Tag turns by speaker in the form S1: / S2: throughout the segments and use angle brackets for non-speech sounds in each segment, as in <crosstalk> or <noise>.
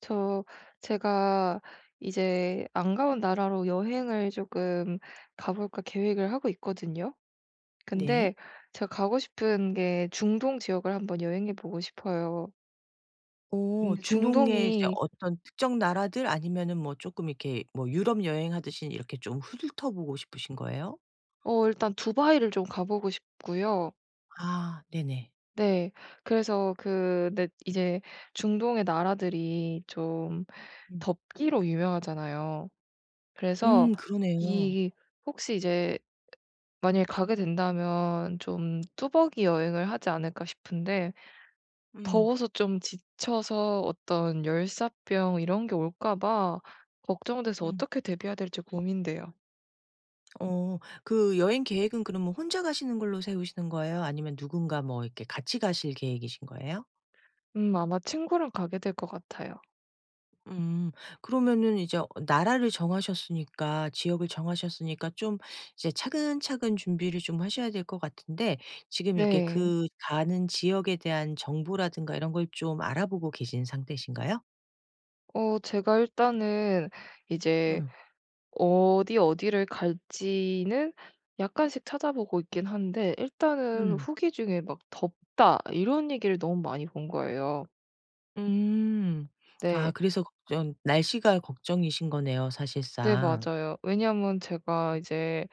S1: 저 제가 이제 안 가본 나라로 여행을 조금 가볼까 계획을 하고 있거든요.
S2: 네.
S1: 근데 제가 가고 싶은 게 중동 지역을 한번 여행해 보고 싶어요.
S2: 중동의 이제
S1: 중동이
S2: 어떤 특정 나라들 아니면은 뭐 쪼끔 이렇게 뭐 유럽 여행하듯이 이렇게 좀 훑어보고 싶으신 거예요?
S1: 어 일단 두바이를 좀 가보고 싶고요.
S2: 아 네네.
S1: 네. 그래서 네, 이제 중동의 나라들이 좀
S2: 음.
S1: 덥기로 유명하잖아요. 그래서
S2: 그러네요.
S1: 이 혹시 이제 만약에 가게 된다면 좀 뚜벅이 여행을 하지 않을까 싶은데
S2: 음.
S1: 더워서 좀 지쳐서 어떤 열사병 이런 게 올까 봐 걱정돼서
S2: 음.
S1: 어떻게 대비해야 될지 고민돼요.
S2: 어 그 여행 계획은 그러면 혼자 가시는 걸로 세우시는 거예요? 아니면 누군가 뭐 이렇게 같이 가실 계획이신 거예요?
S1: 아마 친구랑 가게 될 것 같아요.
S2: 음. 그러면은 이제 어 나라를 정하셨으니까 지역을 정하셨으니까 좀 이제 차근차근 준비를 좀 하셔야 될 것 같은데, 지금 이게
S1: 네.
S2: 그 가는 지역에 대한 정보라든가 이런 걸 좀 알아보고 계신 상태신가요?
S1: 제가 일단은 이제
S2: 응.
S1: 어디 어디를 갈지는 약간씩 찾아보고 있긴 한데 일단은
S2: 음.
S1: 후기 중에 막 "덥다." 이런 얘기를 너무 많이 본 거예요.
S2: 음. 아
S1: 네.
S2: 그래서 걱정 날씨가 걱정이신 거네요,
S1: 네
S2: 사실상.
S1: 맞아요. 왜냐면 제가 이제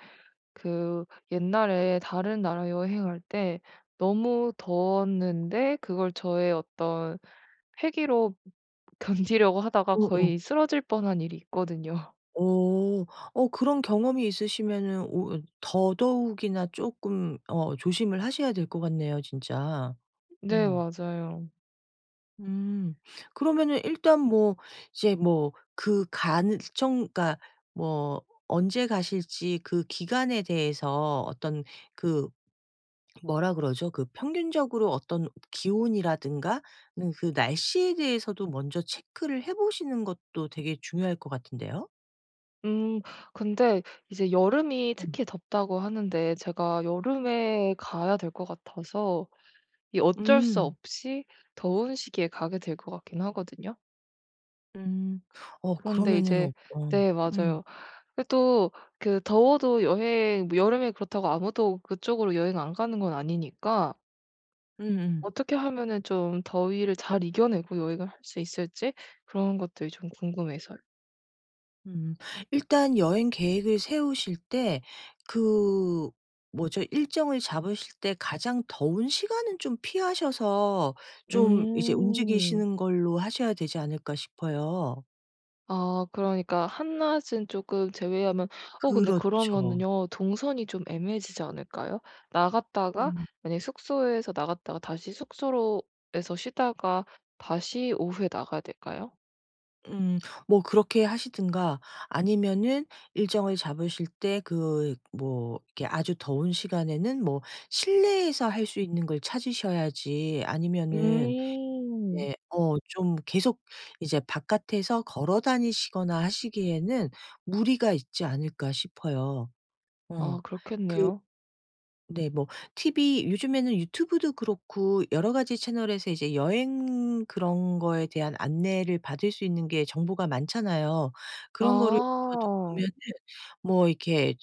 S1: 그 옛날에 다른 나라 여행할 때 너무 더웠는데 그걸 저의 어떤 패기로 <laughs> 견디려고 하다가
S2: 응, 응.
S1: 거의 쓰러질 뻔한 일이 있거든요.
S2: 오. 그런 경험이 있으시면은 오 더더욱이나 조금 조심을 하셔야 될 것 같네요, 진짜.
S1: <laughs> 네
S2: 어.
S1: 맞아요.
S2: 음. 그러면은 일단 뭐 이제 뭐 그간정 그러니까 뭐 언제 가실지 그 기간에 대해서 어떤 그 뭐라 그러죠? 그 평균적으로 어떤 기온이라든가 그 날씨에 대해서도 먼저 체크를 해 보시는 것도 되게 중요할 것 같은데요.
S1: 음 근데 이제 여름이
S2: 음.
S1: 특히 덥다고 하는데 제가 여름에 가야 될 것 같아서 이 어쩔 수
S2: 음.
S1: 없이 더운 시기에 가게 될 것 같긴 하거든요.
S2: 음. 어
S1: 그런데
S2: 그러면은 어
S1: 이제
S2: 어.
S1: 네
S2: 음.
S1: 맞아요. 근데 또 더워도 여행 뭐 여름에 그렇다고 아무도 그쪽으로 여행 안 가는 건 아니니까
S2: 음음.
S1: 어떻게 하면은 좀 더위를 잘 이겨내고 여행을 할 수 있을지 그런 것들이 좀 궁금해서요.
S2: 음. 일단 여행 계획을 세우실 때 그 뭐죠? 일정을 잡으실 때 가장 더운 시간은 좀 피하셔서 좀 이제
S1: 음.
S2: 움직이시는 걸로 하셔야 되지 않을까 싶어요.
S1: 아 그러니까 한낮은 쪼끔 제외하면 어 근데
S2: 그렇죠.
S1: 그러면은요 동선이 좀 애매해지지 않을까요? 나갔다가
S2: 음.
S1: 만약에 숙소에서 나갔다가 다시 숙소로 에서 쉬다가 다시 오후에 나가야 될까요?
S2: 음. 뭐 그렇게 하시든가 아니면은 일정을 잡으실 때 그 뭐 이렇게 아주 더운 시간에는 뭐 실내에서 할 수 있는 걸 찾으셔야지. 아니면은
S1: 음.
S2: 네. 좀 계속 이제 바깥에서 걸어 다니시거나 하시기에는 무리가 있지 않을까 싶어요. 어.
S1: 아
S2: 그,
S1: 그렇겠네요.
S2: 네. 뭐 TV 요즘에는 유튜브도 그렇고 여러 가지 채널에서 이제 여행 그런 거에 대한 안내를 받을 수 있는 게 정보가 많잖아요. 그런 거를 저도
S1: 아.
S2: 보면은 뭐 이렇게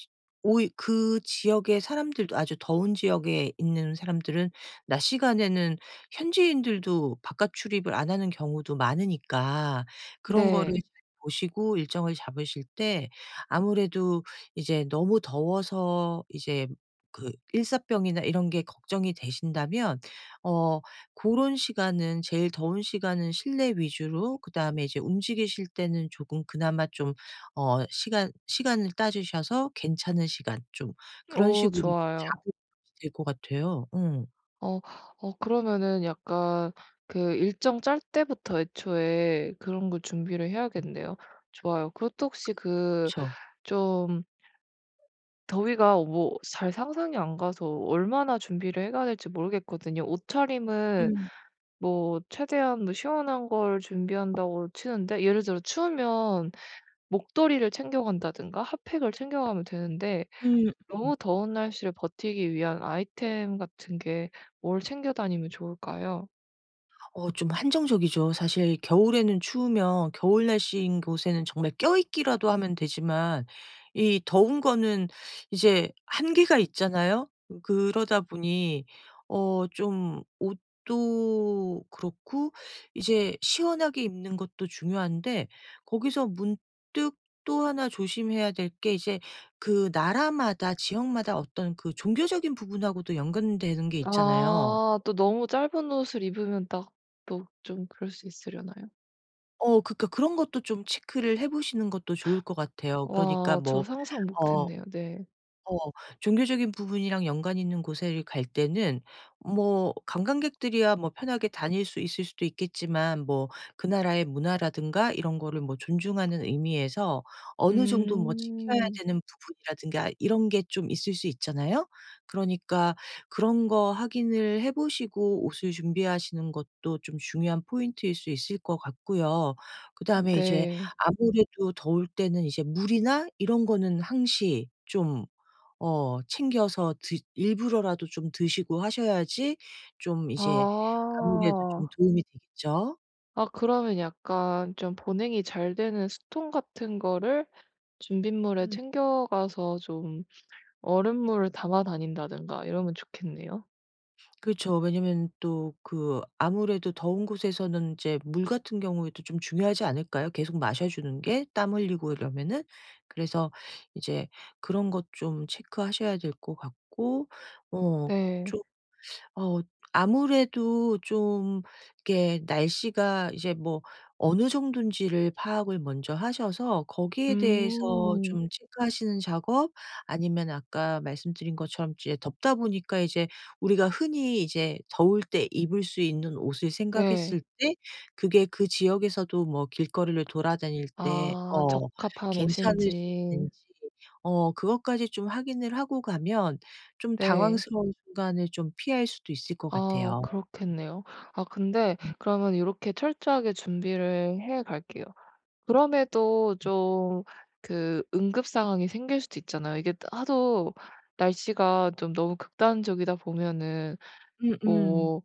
S2: 오 그 지역의 사람들도 아주 더운 지역에 있는 사람들은 낮 시간에는 현지인들도 바깥 출입을 안 하는 경우도 많으니까, 그런 거를
S1: 네.
S2: 보시고 일정을 잡으실 때 아무래도 이제 너무 더워서 이제 그 일사병이나 이런 게 걱정이 되신다면 어 고런 시간은, 제일 더운 시간은 실내 위주로, 그다음에 이제 움직이실 때는 조금 그나마 좀 시간을 따지셔서 괜찮은 시간 좀 그런
S1: 오
S2: 식으로 좀
S1: 좋아요.
S2: 잡으 될 것 같아요. 음.
S1: 어 그러면은 약간 일정 짤 때부터 애초에 그런 걸 준비를 해야겠네요. 좋아요. 그것도 혹시
S2: 그쵸.
S1: 좀 더위가 뭐 잘 상상이 안 가서 얼마나 준비를 해 가야 될지 모르겠거든요. 옷차림은
S2: 음.
S1: 뭐 최대한 뭐 시원한 걸 준비한다고 치는데 예를 들어 추우면 목도리를 챙겨간다든가 핫팩을 챙겨가면 되는데
S2: 음.
S1: 너무 더운 날씨를 버티기 위한 아이템 같은 게 뭘 챙겨 다니면 좋을까요?
S2: 좀 한정적이죠. 사실 겨울에는 추우면 겨울 날씨인 곳에는 정말 껴있기라도 하면 되지만, 이 더운 거는 이제 한계가 있잖아요. 그러다 보니 좀 옷도 그렇고 이제 시원하게 입는 것도 중요한데, 거기서 문득 또 하나 조심해야 될 게 이제 그 나라마다 지역마다 어떤 그 종교적인 부분하고도 연관되는 게 있잖아요.
S1: 아 또 너무 짧은 옷을 입으면 딱 또 좀 그럴 수 있으려나요?
S2: 그러니까 그런 것도 좀 체크를 해 보시는 것도 좋을 것 같아요. 그러니까
S1: 와 저
S2: 뭐
S1: 상상 못
S2: 어
S1: 했네요. 네.
S2: 어 종교적인 부분이랑 연관 있는 곳에 갈 때는 뭐 관광객들이야 뭐 편하게 다닐 수 있을 수도 있겠지만, 뭐 그 나라의 문화라든가 이런 거를 뭐 존중하는 의미에서 어느 정도 뭐 지켜야
S1: 음.
S2: 되는 부분이라든가 이런 게 좀 있을 수 있잖아요. 그러니까 그런 거 확인을 해 보시고 옷을 준비하시는 것도 좀 중요한 포인트일 수 있을 것 같고요. 그다음에 이제
S1: 네.
S2: 아무래도 더울 때는 이제 물이나 이런 거는 항시 좀 챙겨서 드 일부러라도 좀 드시고 하셔야지 좀 이제 아무래도 좀
S1: 아.
S2: 도움이 되겠죠.
S1: 아 그러면 약간 좀 보냉이 잘 되는 수통 같은 거를 준빗물에
S2: 음.
S1: 챙겨 가서 좀 얼음물을 담아 다닌다든가 이러면 좋겠네요.
S2: 그렇죠. 왜냐면 또 그 아무래도 더운 곳에서는 이제 물 같은 경우에도 좀 중요하지 않을까요? 계속 마셔 주는 게. 땀 흘리고 이러면은. 그래서 이제 그런 것 좀 체크하셔야 될 것 같고 어
S1: 네.
S2: 어 아무래도 좀 이렇게 날씨가 이제 뭐 어느 정도인지를 파악을 먼저 하셔서 거기에 대해서
S1: 음.
S2: 좀 체크하시는 작업, 아니면 아까 말씀드린 것처럼 이제 덥다 보니까 이제 우리가 흔히 이제 더울 때 입을 수 있는 옷을
S1: 네.
S2: 생각했을 때 그게 그 지역에서도 뭐 길거리를 돌아다닐 때
S1: 아
S2: 어
S1: 적합한
S2: 괜찮을 수
S1: 옷인지.
S2: 있는지 그것까지 좀 확인을 하고 가면 좀
S1: 네.
S2: 당황스러운 순간을 좀 피할 수도 있을 것
S1: 아
S2: 같아요.
S1: 그렇겠네요. 아 근데 그러면 이렇게 철저하게 준비를 해 갈게요. 그럼에도 좀 응급 상황이 생길 수도 있잖아요. 이게 하도 날씨가 좀 너무 극단적이다 보면은
S2: 음음.
S1: 뭐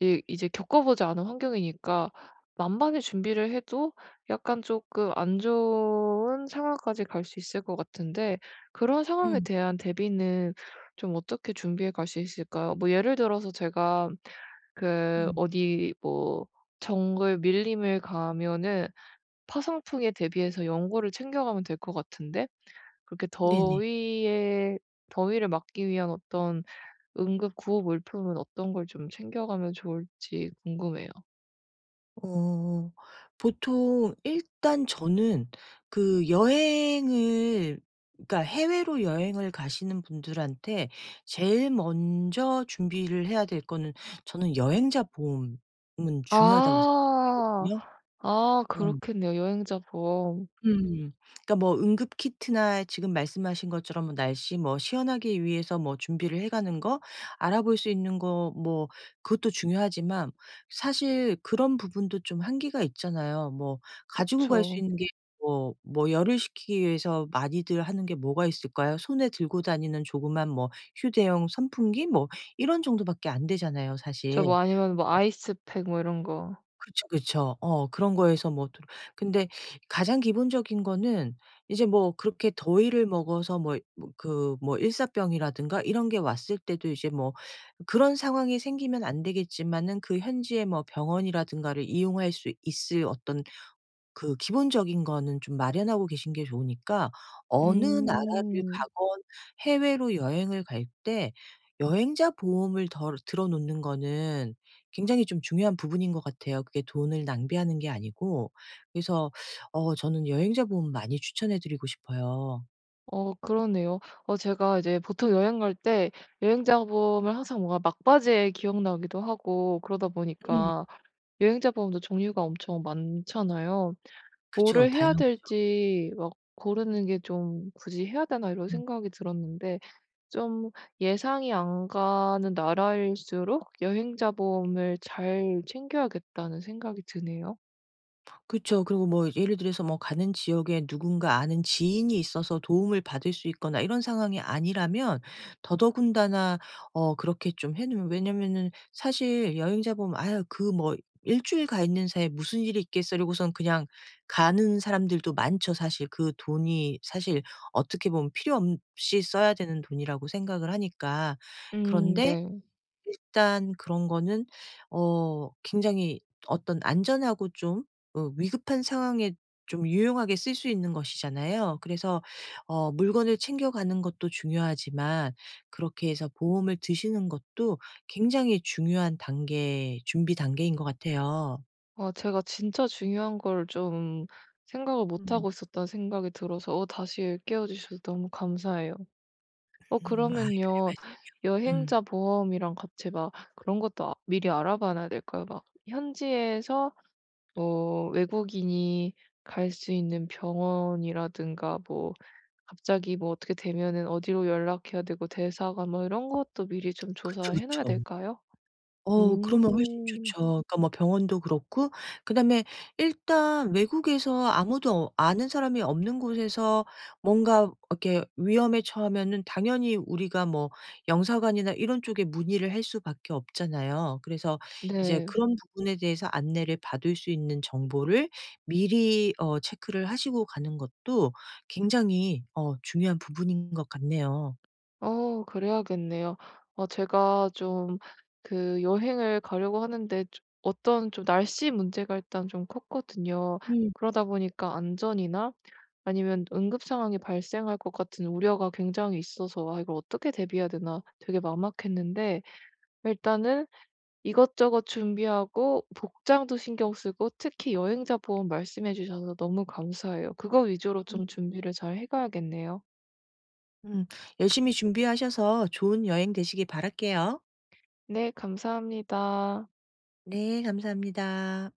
S1: 이 이제 겪어보지 않은 환경이니까 만반의 준비를 해도 약간 쪼끔 안 좋은 상황까지 갈 수 있을 것 같은데 그런 상황에
S2: 음,
S1: 대한 대비는 좀 어떻게 준비해 갈 수 있을까요? 뭐 예를 들어서 제가
S2: 음.
S1: 어디 뭐 정글 밀림을 가면은 파상풍에 대비해서 연고를 챙겨 가면 될 것 같은데 그렇게
S2: 네네.
S1: 더위에 더위를 막기 위한 어떤 응급 구호 물품은 어떤 걸 좀 챙겨가면 좋을지 궁금해요.
S2: 어 보통 일단 저는 그 여행을, 그러니까 해외로 여행을 가시는 분들한테 제일 먼저 준비를 해야 될 거는, 저는 여행자 보험은 중요하다고 생각을
S1: 아.
S2: 하거든요.
S1: 아
S2: 어.
S1: 그렇겠네요. 여행자 보험.
S2: 음. 그러니까 뭐 응급 키트나 지금 말씀하신 것처럼 뭐 날씨 뭐 시원하기 위해서 뭐 준비를 해 가는 거, 알아볼 수 있는 거, 뭐 그것도 중요하지만 사실 그런 부분도 좀 한계가 있잖아요. 뭐 가지고 갈 수
S1: 그쵸.
S2: 있는 게 뭐 열을 식히기 위해서 많이들 하는 게 뭐가 있을까요? 손에 들고 다니는 조그만 뭐 휴대용 선풍기 뭐 이런 정도밖에 안 되잖아요,
S1: 저
S2: 사실.
S1: 뭐 아니면 뭐 아이스팩 뭐 이런 거.
S2: 그쵸, 그쵸. 그런 거에서 뭐 또 근데 가장 기본적인 거는 이제 뭐 그렇게 더위를 먹어서 뭐 그 뭐 일사병이라든가 이런 게 왔을 때도 이제 뭐 그런 상황이 생기면 안 되겠지만은, 그 현지의 뭐 병원이라든가를 이용할 수 있을 어떤 그 기본적인 거는 좀 마련하고 계신 게 좋으니까 어느 나라를
S1: 음.
S2: 가건 해외로 여행을 갈 때 여행자 보험을 덜 들어 놓는 거는 굉장히 좀 중요한 부분인 것 같아요. 그게 돈을 낭비하는 게 아니고. 그래서 저는 여행자 보험 많이 추천해 드리고 싶어요.
S1: 어 그러네요. 제가 이제 보통 여행 갈 때 여행자 보험을 항상 뭔가 막바지에 기억나기도 하고 그러다
S2: 음.
S1: 보니까 여행자 보험도 종류가 엄청 많잖아요.
S2: 그쵸.
S1: 뭐를 해야
S2: 다양하죠.
S1: 될지 막 고르는 게 좀 '굳이 해야 되나?' 이런 생각이 들었는데 좀 예상이 안 가는 나라일수록 여행자 보험을 잘 챙겨야겠다는 생각이 드네요.
S2: 그쵸. 그리고 뭐 예를 들어서 뭐 가는 지역에 누군가 아는 지인이 있어서 도움을 받을 수 있거나 이런 상황이 아니라면 더더군다나 그렇게 좀 해 놓으면, 왜냐면은 사실 여행자 보면 '아유, 그 뭐 일 주일 가 있는 사이에 무슨 일이 있겠어.' 이러고선 그냥 가는 사람들도 많죠 사실. 그 돈이 사실 어떻게 보면 필요 없이 써야 되는 돈이라고 생각을 하니까. 그런데
S1: 네.
S2: 일단 그런 거는 굉장히 어떤 안전하고 좀 위급한 상황에 좀 유용하게 쓸 수 있는 것이잖아요. 그래서 물건을 챙겨가는 것도 중요하지만 그렇게 해서 보험을 드시는 것도 굉장히 중요한 단계, 준비 단계인 것 같아요.
S1: 아 제가 진짜 중요한 걸 좀 생각을 못
S2: 음.
S1: 하고 있었다는 생각이 들어서 다시 일깨워 주셔서 너무 감사해요.
S2: 음. 아 별
S1: 그러면요.
S2: 말씀을. 음.
S1: 여행자 보험이랑 같이 막 그런 것도 아 미리 알아봐놔야 될까요? 막 현지에서 뭐 외국인이 갈 수 있는 병원이라든가 뭐 갑자기 뭐 어떻게 되면은 어디로 연락해야 되고 대사관 뭐 이런 것도 미리 좀
S2: 그쵸,
S1: 조사해 놔야
S2: 그쵸.
S1: 될까요?
S2: 그러면 훨씬
S1: 음.
S2: 좋죠. 그러니까 뭐 병원도 그렇고 그다음에 일단 외국에서 아무도 아는 사람이 없는 곳에서 뭔가 이렇게 위험에 처하면은 당연히 우리가 뭐 영사관이나 이런 쪽에 문의를 할 수밖에 없잖아요. 그래서 이제
S1: 네.
S2: 그런 부분에 대해서 안내를 받을 수 있는 정보를 미리 체크를 하시고 가는 것도 굉장히 중요한 부분인 것 같네요.
S1: 그래야겠네요. 제가 좀 여행을 가려고 하는데 좀 어떤 좀 날씨 문제가 일단 좀 컸거든요.
S2: 음.
S1: 그러다 보니까 안전이나 아니면 응급 상황이 발생할 것 같은 우려가 굉장히 있어서 '아 이걸 어떻게 대비해야 되나.' 되게 막막했는데 일단은 이것저것 준비하고 복장도 신경 쓰고 특히 여행자 보험 말씀해 주셔서 너무 감사해요. 그거 위주로 좀 준비를 잘 해 가야겠네요.
S2: 음, 열심히 준비하셔서 좋은 여행 되시길 바랄게요.
S1: 네 감사합니다.
S2: 네, 감사합니다.